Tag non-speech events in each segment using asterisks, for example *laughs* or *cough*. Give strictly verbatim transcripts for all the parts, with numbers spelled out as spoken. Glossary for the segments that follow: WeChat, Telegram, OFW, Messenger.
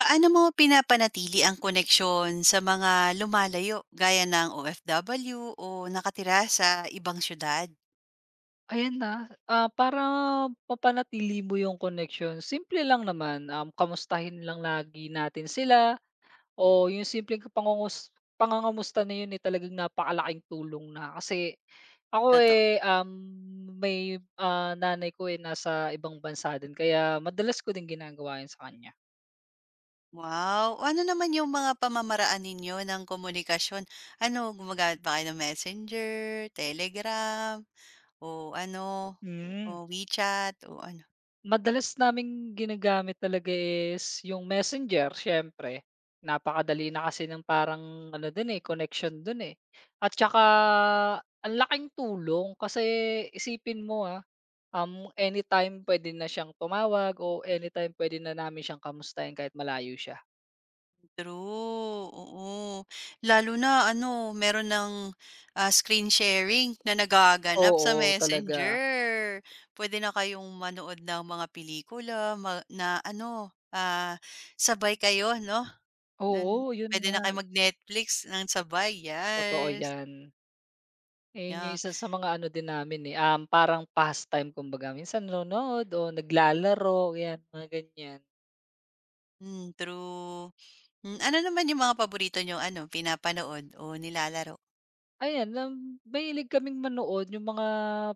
Paano mo pinapanatili ang koneksyon sa mga lumalayo gaya ng O F W o nakatira sa ibang siyudad? Ayan na, ah, para mapanatili mo yung connection. Simple lang naman, um, kamustahin lang lagi natin sila o yung simpleng pangungus pangangamusta na yun, eh, talagang napakalaking tulong na. Kasi ako, Toto eh, um, may, ah, nanay ko, eh, nasa ibang bansa din kaya madalas ko din ginagawa yun sa kanya. wow! Ano naman yung mga pamamaraan ninyo ng komunikasyon? Ano, gumagamit ba kayo ng Messenger, Telegram, o ano, o Hmm. WeChat, o ano? Madalas naming ginagamit talaga is yung Messenger siyempre. Napakadali na kasi ng parang ano dun, eh, connection dun, eh. At tsaka ang laking tulong kasi isipin mo, ah, um, anytime pwede na siyang tumawag o anytime pwede na namin siyang kamustahin kahit malayo siya. True, oo. Lalo na ano, meron ng, ah, screen sharing na nagaganap sa Oo, talaga. Messenger. Pwede na kayong manood ng mga pelikula ma na ano, ah, sabay kayo 'no, nun Oo, yun puwede nga, na kayo mag-Netflix ng sabay, totoo yes, yan. Ayun yung yeah. isa sa mga ano din namin, eh, um, parang pastime kumbaga. Minsan nanonood o naglalaro, yan, mga ganyan. Hmm, true. Hmm, ano naman yung mga paborito nyo ano, pinapanood o nilalaro? Ayan, um, mahilig kaming manood yung mga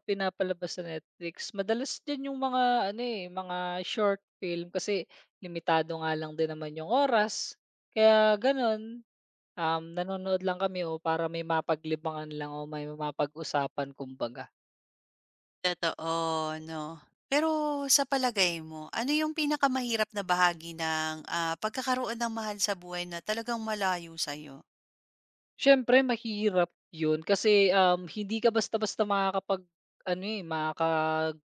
pinapalabas sa Netflix. Madalas din yung mga ano, eh, mga short film kasi limitado nga lang din naman yung oras. Kaya gano'n, um, nanonood lang kami o para may mapaglibangan lang o may mapag-usapan kumbaga. Totoo, 'no. Pero sa palagay mo, ano yung pinakamahirap na bahagi ng, ah, pagkakaroon ng mahal sa buhay na talagang malayo sa'yo? Siyempre mahirap 'yun kasi, um, hindi ka basta-basta makakapag ano, eh, makaka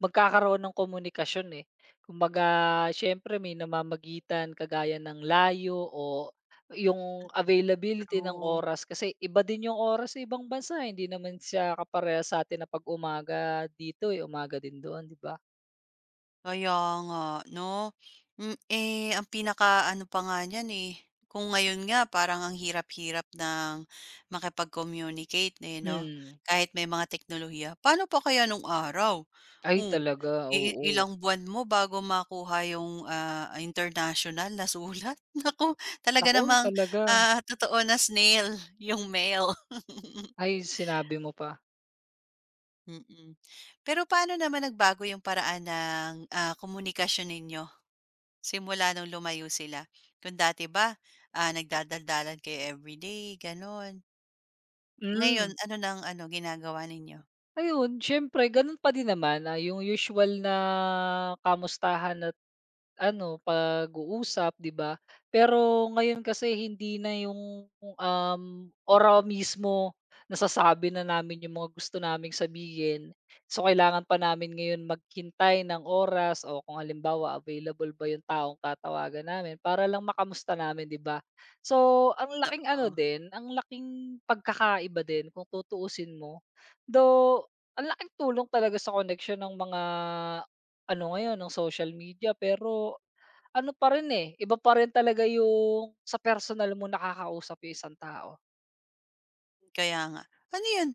magkakaroon ng komunikasyon, eh. Kumbaga siyempre may namamagitan kagaya ng layo o yung availability ng True. oras kasi iba din yung oras sa ibang bansa, hindi naman siya kaparehas sa'tin na 'pag umaga dito, eh, umaga din doon, 'di ba? Kaya nga 'no. Hmm, eh, ang pinaka ano pa nga niyan, eh, kung ngayon nga parang ang hirap-hirap ng makipag-communicate, eh, 'no, Hmm. kahit may mga teknolohiya. Paano pa kaya nung araw? Ay Oh, talaga, i oo. ilang buwan mo bago makuha yung, ah, international na sulat. *laughs* Naku, talaga Naku namang, talaga. ah, totoo na snail yung mail. *laughs* Ay sinabi mo pa. Mm. Pero paano naman nagbago yung paraan ng, ah, komunikasyon ninyo? Simula nung lumayo sila. Kung dati ba, ah, nagdadaldalan kayo everyday, gano'n. Ngayon, Hmm. ano ng ano, ginagawa ninyo? Ayun, siyempre gano'n pa din naman, ah, yung usual na kamustahan at ano, pag-uusap, 'di ba? Pero ngayon kasi hindi na yung, um, oral mismo nasasabi na namin yung mga gusto naming sabihin. So, kailangan pa namin ngayon maghintay ng oras o kung halimbawa available ba yung taong tatawagan namin para lang makamusta namin, 'di ba? So, ang laking ano Oo, din, ang laking pagkakaiba din kung tutuusin mo. Though, ang laking tulong talaga sa connection ng mga ano ngayon, ng social media pero ano pa rin, eh, iba pa rin talaga yung sa personal mo nakakausap yung isang tao. kaya nga. Ano 'yun,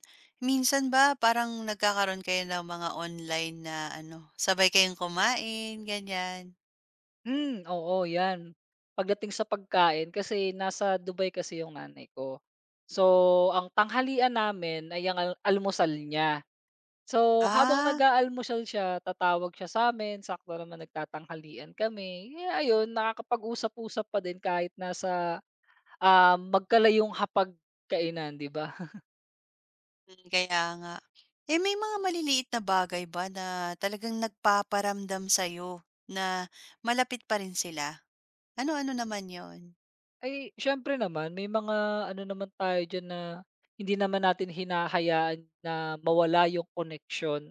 minsan ba parang nagkakaroon kayo ng mga online na ano, sabay kayong kumain, ganiyan? Hmm, oo, 'yan. Pagdating sa pagkain kasi nasa Dubai kasi yung nanay ko. So, ang tanghalian namin ay ang al almusal niya. So, habang Ah, nag-aalmusal siya, tatawag siya sa sa'min, sakto naman nagtatanghalian kami. Eh, ayun, nakakapag-usap-usap pa din kahit nasa, ah, magkalayong hapagkainan, 'di ba? hmm, kaya nga. Eh, may mga maliliit na bagay ba na talagang nagpaparamdam sa'yo na malapit pa rin sila? Ano-ano naman yon. Ay, siyempre naman may mga ano naman tayo diyan na hindi naman natin hinahayaan na mawala yung connection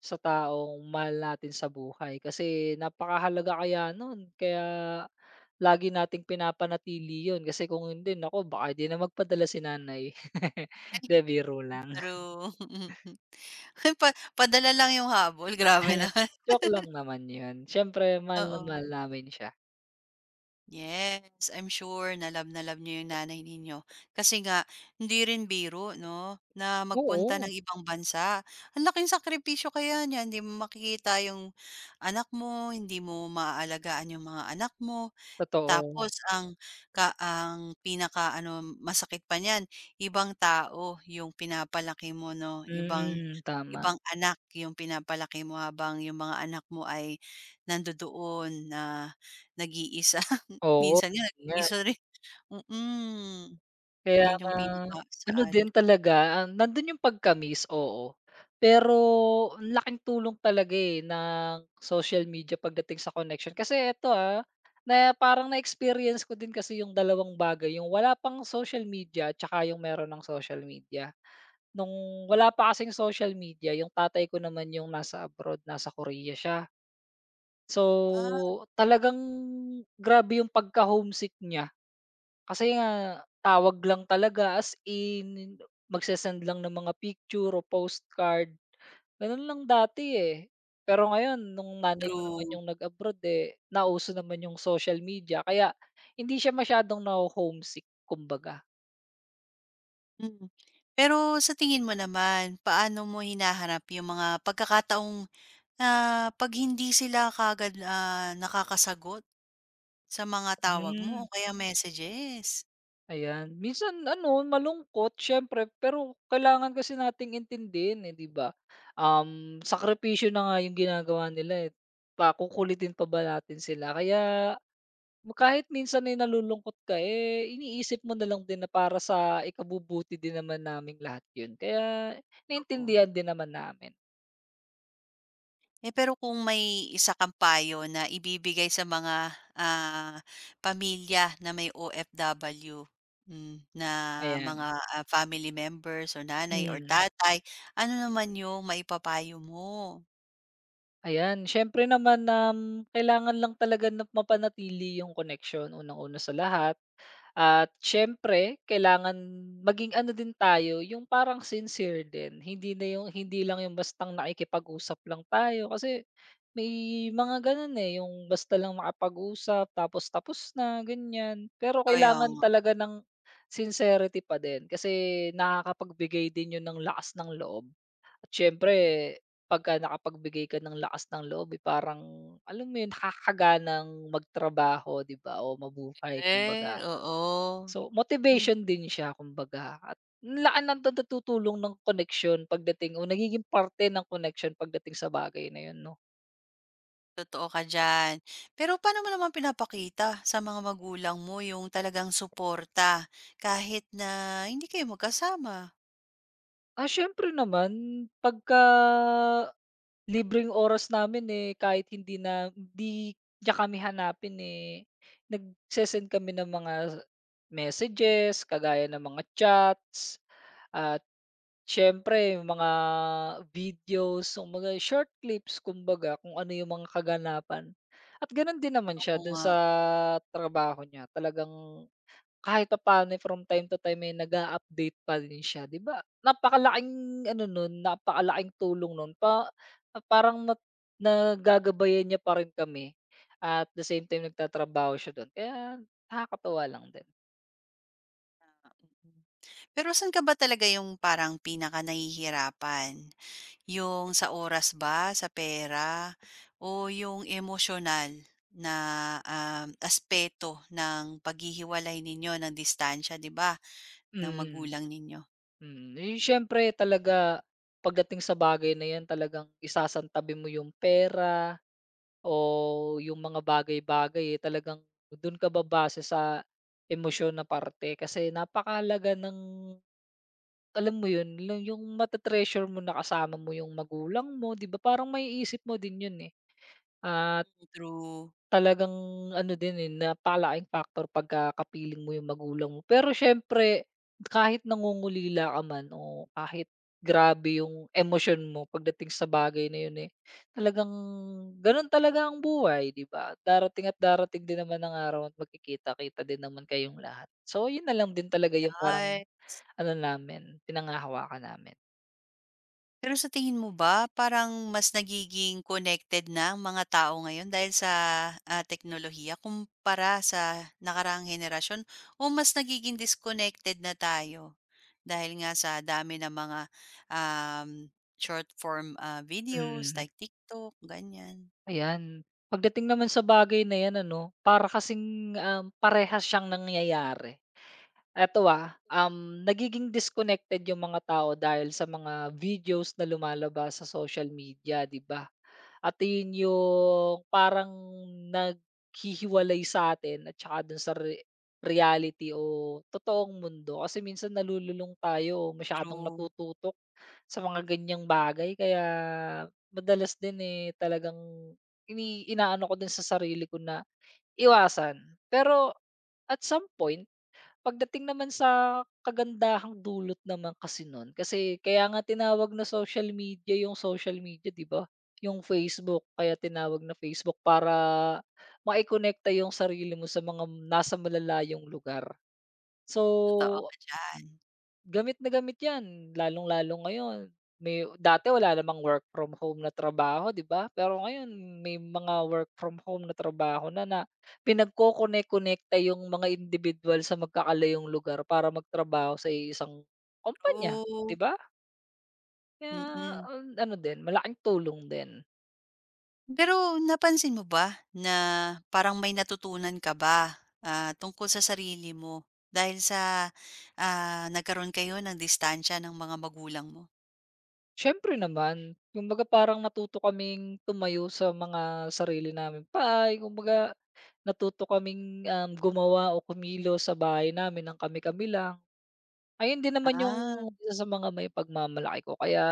sa taong mahal natin sa buhay. Kasi napakahalaga kaya nun, kaya lagi nating pinapanatili yun. Kasi kung hindi, naku, baka di na magpadala si nanay. *laughs* 'Di, biro lang. True. *laughs* *laughs* Pa padala lang yung habol, grabe na. *laughs* *laughs* Joke lang naman yun. Siyempre mahal na Oo. mahal namin siya. Yes, I'm sure na love na love niyo yung nanay ninyo. Kasi nga hindi rin biro 'no, na magpunta Oo, ng ibang bansa. Ang laking sakripisyo kaya niyan, hindi mo makikita yung anak mo, hindi mo maaalagaan yung mga anak mo. totoo. Tapos ang ka ang pinaka ano masakit pa niyan, ibang tao yung pinapalaki mo 'no, ibang Mm, tama. ibang anak yung pinapalaki mo habang yung mga anak mo ay nandodoon na nag-iisa. *laughs* Oo, Minsan nga nga. nag-iisa rin, mm. Kaya Yun yung nga, ano din pinaka-sad. talaga, ah, nandun yung pagkamis oo. Pero ang laking tulong talaga, eh, ng social media pagdating sa connection. Kasi eto, ah, na parang na-experience ko din kasi yung dalawang bagay, yung wala pang social media at saka yung meron ng social media. Nung wala pa kasing social media, yung tatay ko naman yung nasa abroad, nasa Korea siya. Ah, So, talagang grabe yung pagka-homesick niya. Kasi nga tawag lang talaga as in, magse lang ng mga picture o postcard, gano'n lang dati, eh. Pero ngayon nung nanay ko naman true. yung nag-abroad, eh, nauso naman yung social media kaya hindi siya masyadong naho-homesick kumbaga. Mm. Pero sa tingin mo naman, paano mo hinaharap yung mga pagkakataong, ah, 'pag hindi sila kaagad, ah, nakakasagot? Sa mga tawag mo Hmm, o kaya messages. ayan. Minsan ano, malungkot siyempre pero kailangan kasi nating intindihin, eh, 'di ba? Um, sakripisyo na nga yung ginagawa nila, eh, pa pa ba natin sila kaya. Kahit minsan ay nalulungkot ka, eh, iniisip mo na lang din na para sa ikabubuti din naman naming lahat 'yun, kaya Oo. naintindihan din naman namin, Eh, pero kung may isa kang payo na ibibigay sa mga, ah, pamilya na may O F W, hmm, na mga, ayan. ah, family members or nanay or Hmm, tatay, ano naman yung maipapayo mo? ayan siyempre naman, um, kailangan lang talaga na mapanatili yung connection unang-una sa lahat. At siyempre kailangan maging ano din tayo, yung parang sincere din. Hindi na yung hindi lang yung bastang nakikipag-usap lang tayo kasi may mga gano'n, eh, yung basta lang makapag-usap tapos tapos na, ganyan. Pero Kaya kailangan nga talaga ng sincerity pa din kasi nakakapagbigay din 'yun ng lakas ng loob. At siyempre pagka nakapagbigay ka ng lakas ng loob, eh, parang alam mo 'yun, nakakaganang magtrabaho, 'di ba, o mabuhay kumbaga. eh, oo. So, Hmm, motivation din siya kumbaga at laan ng natutulong ng connection pagdating o nagiging parte ng connection pagdating sa bagay na 'yun 'no. totoo ka diyan. Pero paano mo naman pinapakita sa mga magulang mo yung talagang suporta kahit na hindi kayo magkasama? Ah, siyempre naman pagka libreng oras namin, eh, kahit hindi na hindi niya kami hanapin, eh, nagse kami ng mga messages kagaya ng mga chats at siyempre yung mga videos, yung mga short clips kumbaga kung ano yung mga kaganapan. At gano'n din naman Oo siya do'n nga. sa trabaho niya talagang kahit pa paano from time to time ay nag-a-update pa rin siya 'di ba? Napakalaking ano nun, napakalaking tulong nun pa parang na nagagabayan niya pa rin kami at the same time nagtatrabaho siya do'n kaya nakakatuwa lang din. Pero saan ka ba talaga yung parang pinakanahihirapan? Yung sa oras ba, sa pera, o yung emosyonal na, um, aspeto ng paghihiwalay ninyo ng distansya 'di ba, ng Mm. magulang ninyo? Mm, eh, siyempre talaga pagdating sa bagay na 'yan talagang isasantabi mo yung pera o yung mga bagay-bagay, eh, talagang do'n ka babase sa emosyon na parte kasi napakalaga ng alam mo 'yun, yung yung mate mo na kasama mo yung magulang mo, 'di ba, parang may isip mo din 'yun, eh. Ah True, Talagang ano din, eh, napakalaking factor pagka kapiling mo yung magulang mo. Pero siyempre kahit nangungulila ka man o kahit grabe yung emosyon mo pagdating sa bagay na yun, eh, talagang ganun talaga ang buhay, 'di ba? Darating at darating din naman ang araw at magkikita-kita din naman kayong lahat. So, yun na lang din talaga yung parang yeah. ano namin, pinanghahawakan namin. Pero sa tingin mo ba parang mas nagiging connected na ang mga tao ngayon dahil sa, ah, teknolohiya kumpara sa nakaraang henerasyon o mas nagiging disconnected na tayo dahil nga sa dami ng mga, um, short form, ah, videos Mm. like TikTok, ganyan? Ayan. Pagdating naman sa bagay na 'yan ano, para kasing, um, parehas siyang nangyayari. Eto, ah, um, nagiging disconnected yung mga tao dahil sa mga videos na lumalabas sa social media, 'di ba? At yun yung parang naghihiwalay sa'tin at tsaka dun sa re reality o totoong mundo. Kasi minsan nalululong tayo o masyadong True, natututok sa mga ganiyang bagay kaya madalas din, eh, talagang ini inaano ko din sa sarili ko na iwasan. Pero at some point, Pagdating naman sa kagandahang dulot naman kasi nun, kasi kaya nga tinawag na social media yung social media, 'di ba? Yung Facebook kaya tinawag na Facebook para mai-konekta yung sarili mo sa mga nasa malalayong lugar. totoo So, ka diyan. Gamit na gamit 'yan, lalong-lalo ngayon. May dati wala namang work from home na trabaho, 'di ba? Pero ngayon may mga work from home na trabaho na, na pinagkokonek-konekta yung mga individual sa magkakalayong lugar para magtrabaho sa isang kumpanya, 'di True, ba? Kaya mm. an ano din, malaking tulong din. Pero napansin mo ba na parang may natutunan ka ba, ah, tungkol sa sarili mo dahil sa, ah, nagkaroon kayo ng distansya ng mga magulang mo? Siyempre naman, kumbaga parang natuto kaming tumayo sa mga sarili namin. Pa, eh, kumbaga, natuto kaming, um, gumawa o kumilos sa bahay namin ng kami-kami lang. Ayun din naman Ah, yung isa sa mga may pagmamalaki ko kaya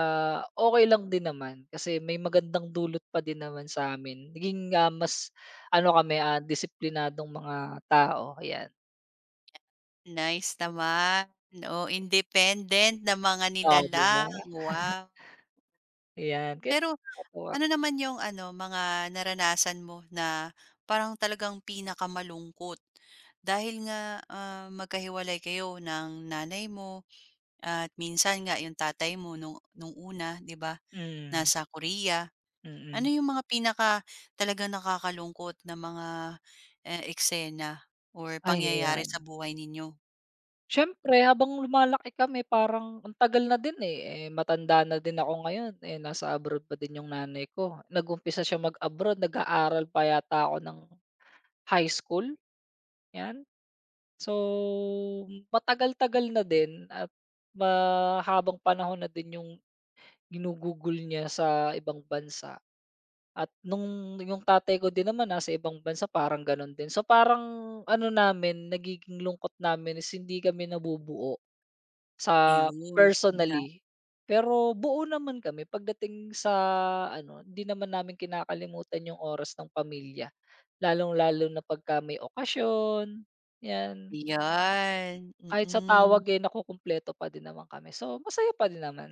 okay lang din naman kasi may magandang dulot pa din naman sa'min. Naging, ah, mas ano kami, ah, disiplinadong mga tao, ayan. nice naman. Oh, independent na mga Oh, 'di nilalang, ba? wow. Ayan, kaya Pero nakakatuwa. ano naman yung ano, mga naranasan mo na parang talagang pinakamalungkot dahil nga, ah, magkahiwalay kayo ng nanay mo. At minsan nga yung tatay mo nung nung una 'di ba, Mm, nasa Korea. mm. Ano mm. yung mga pinaka talagang nakakalungkot na mga, eh, eksena or Ay, pangyayari sa ayan. buhay ninyo? Siyempre habang lumalaki kami parang ang tagal na din, eh, eh, matanda na din ako ngayon, eh, nasa abroad pa din yung nanay ko. Nag-umpisa siya mag-abroad nag-aaral pa yata ako ng high school, 'yan. So, matagal-tagal na din at mahabang panahon na din yung ginugugol niya sa ibang bansa at nung yung tatay ko din naman nasa ibang bansa parang gano'n din. So, parang ano namin nagiging lungkot namin is hindi kami nabubuo. Sa Ayun, nga, personally. Pero buo naman kami pagdating sa ano, hindi naman namin kinakalimutan yung oras ng pamilya. Lalong-lalo na pagka may okasyon, 'yan. ayan, Kahit sa mm. tawag, eh, nakukumpleto pa din naman kami. So, masaya pa din naman.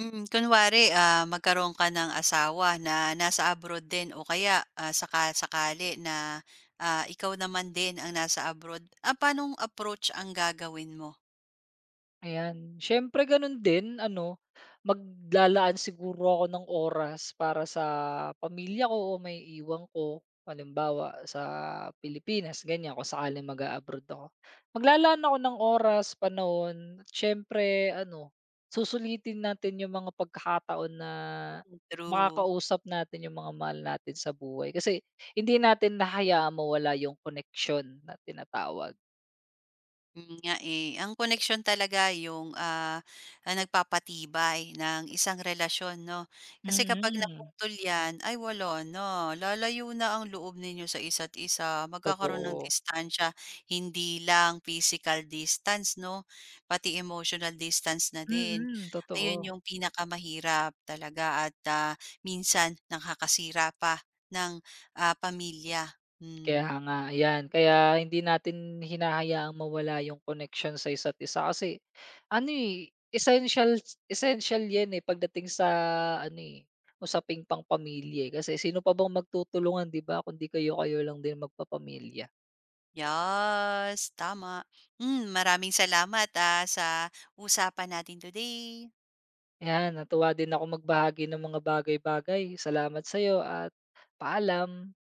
Mm, kunwari, ah, magkaroon ka ng asawa na nasa abroad din o kaya, ah, saka-sakali na, ah, ikaw naman din ang nasa abroad, ah, paanong approach ang gagawin mo? Ayan, siyempre gano'n din ano, maglalaan siguro ako ng oras para sa pamilya ko o may iwang ko. Halimbawa sa Pilipinas ganyan kung sakaling mag-a-abroad ako. Maglalaan ako ng oras, panahon, At siyempre ano, susulitin natin yung mga pagkakataon na True. makakausap natin yung mga mahal natin sa buhay. Kasi hindi natin hahayaang mawala yung koneksyon na tinatawag. Mm, nga eh. Ang koneksyon talaga yung, ah, ang nagpapatibay ng isang relasyon 'no. Kasi kapag Mm, naputol 'yan, ay wala na, lalayo na ang loob ninyo sa isa't isa, magkakaroon ng totoo. distansya. Hindi lang physical distance 'no, pati emotional distance na din. Mm, Ayun totoo. yung pinakamahirap talaga at, ah, minsan nakakasira pa ng, ah, pamilya. Kaya Hmm. nga, 'yan. Kaya hindi natin hinahayaang mawala yung connection sa isa't isa kasi ano, eh, essential essential 'yan, eh, pagdating sa ano, eh, usaping pang-pamilya, eh. Kasi sino pa bang magtutulungan, 'di ba, kundi kayo-kayo lang din magpapamilya. Yes, tama. Hmm, maraming salamat, ah, sa usapan natin today. 'Yan, natuwa din ako magbahagi ng mga bagay-bagay. Salamat sa'yo at paalam.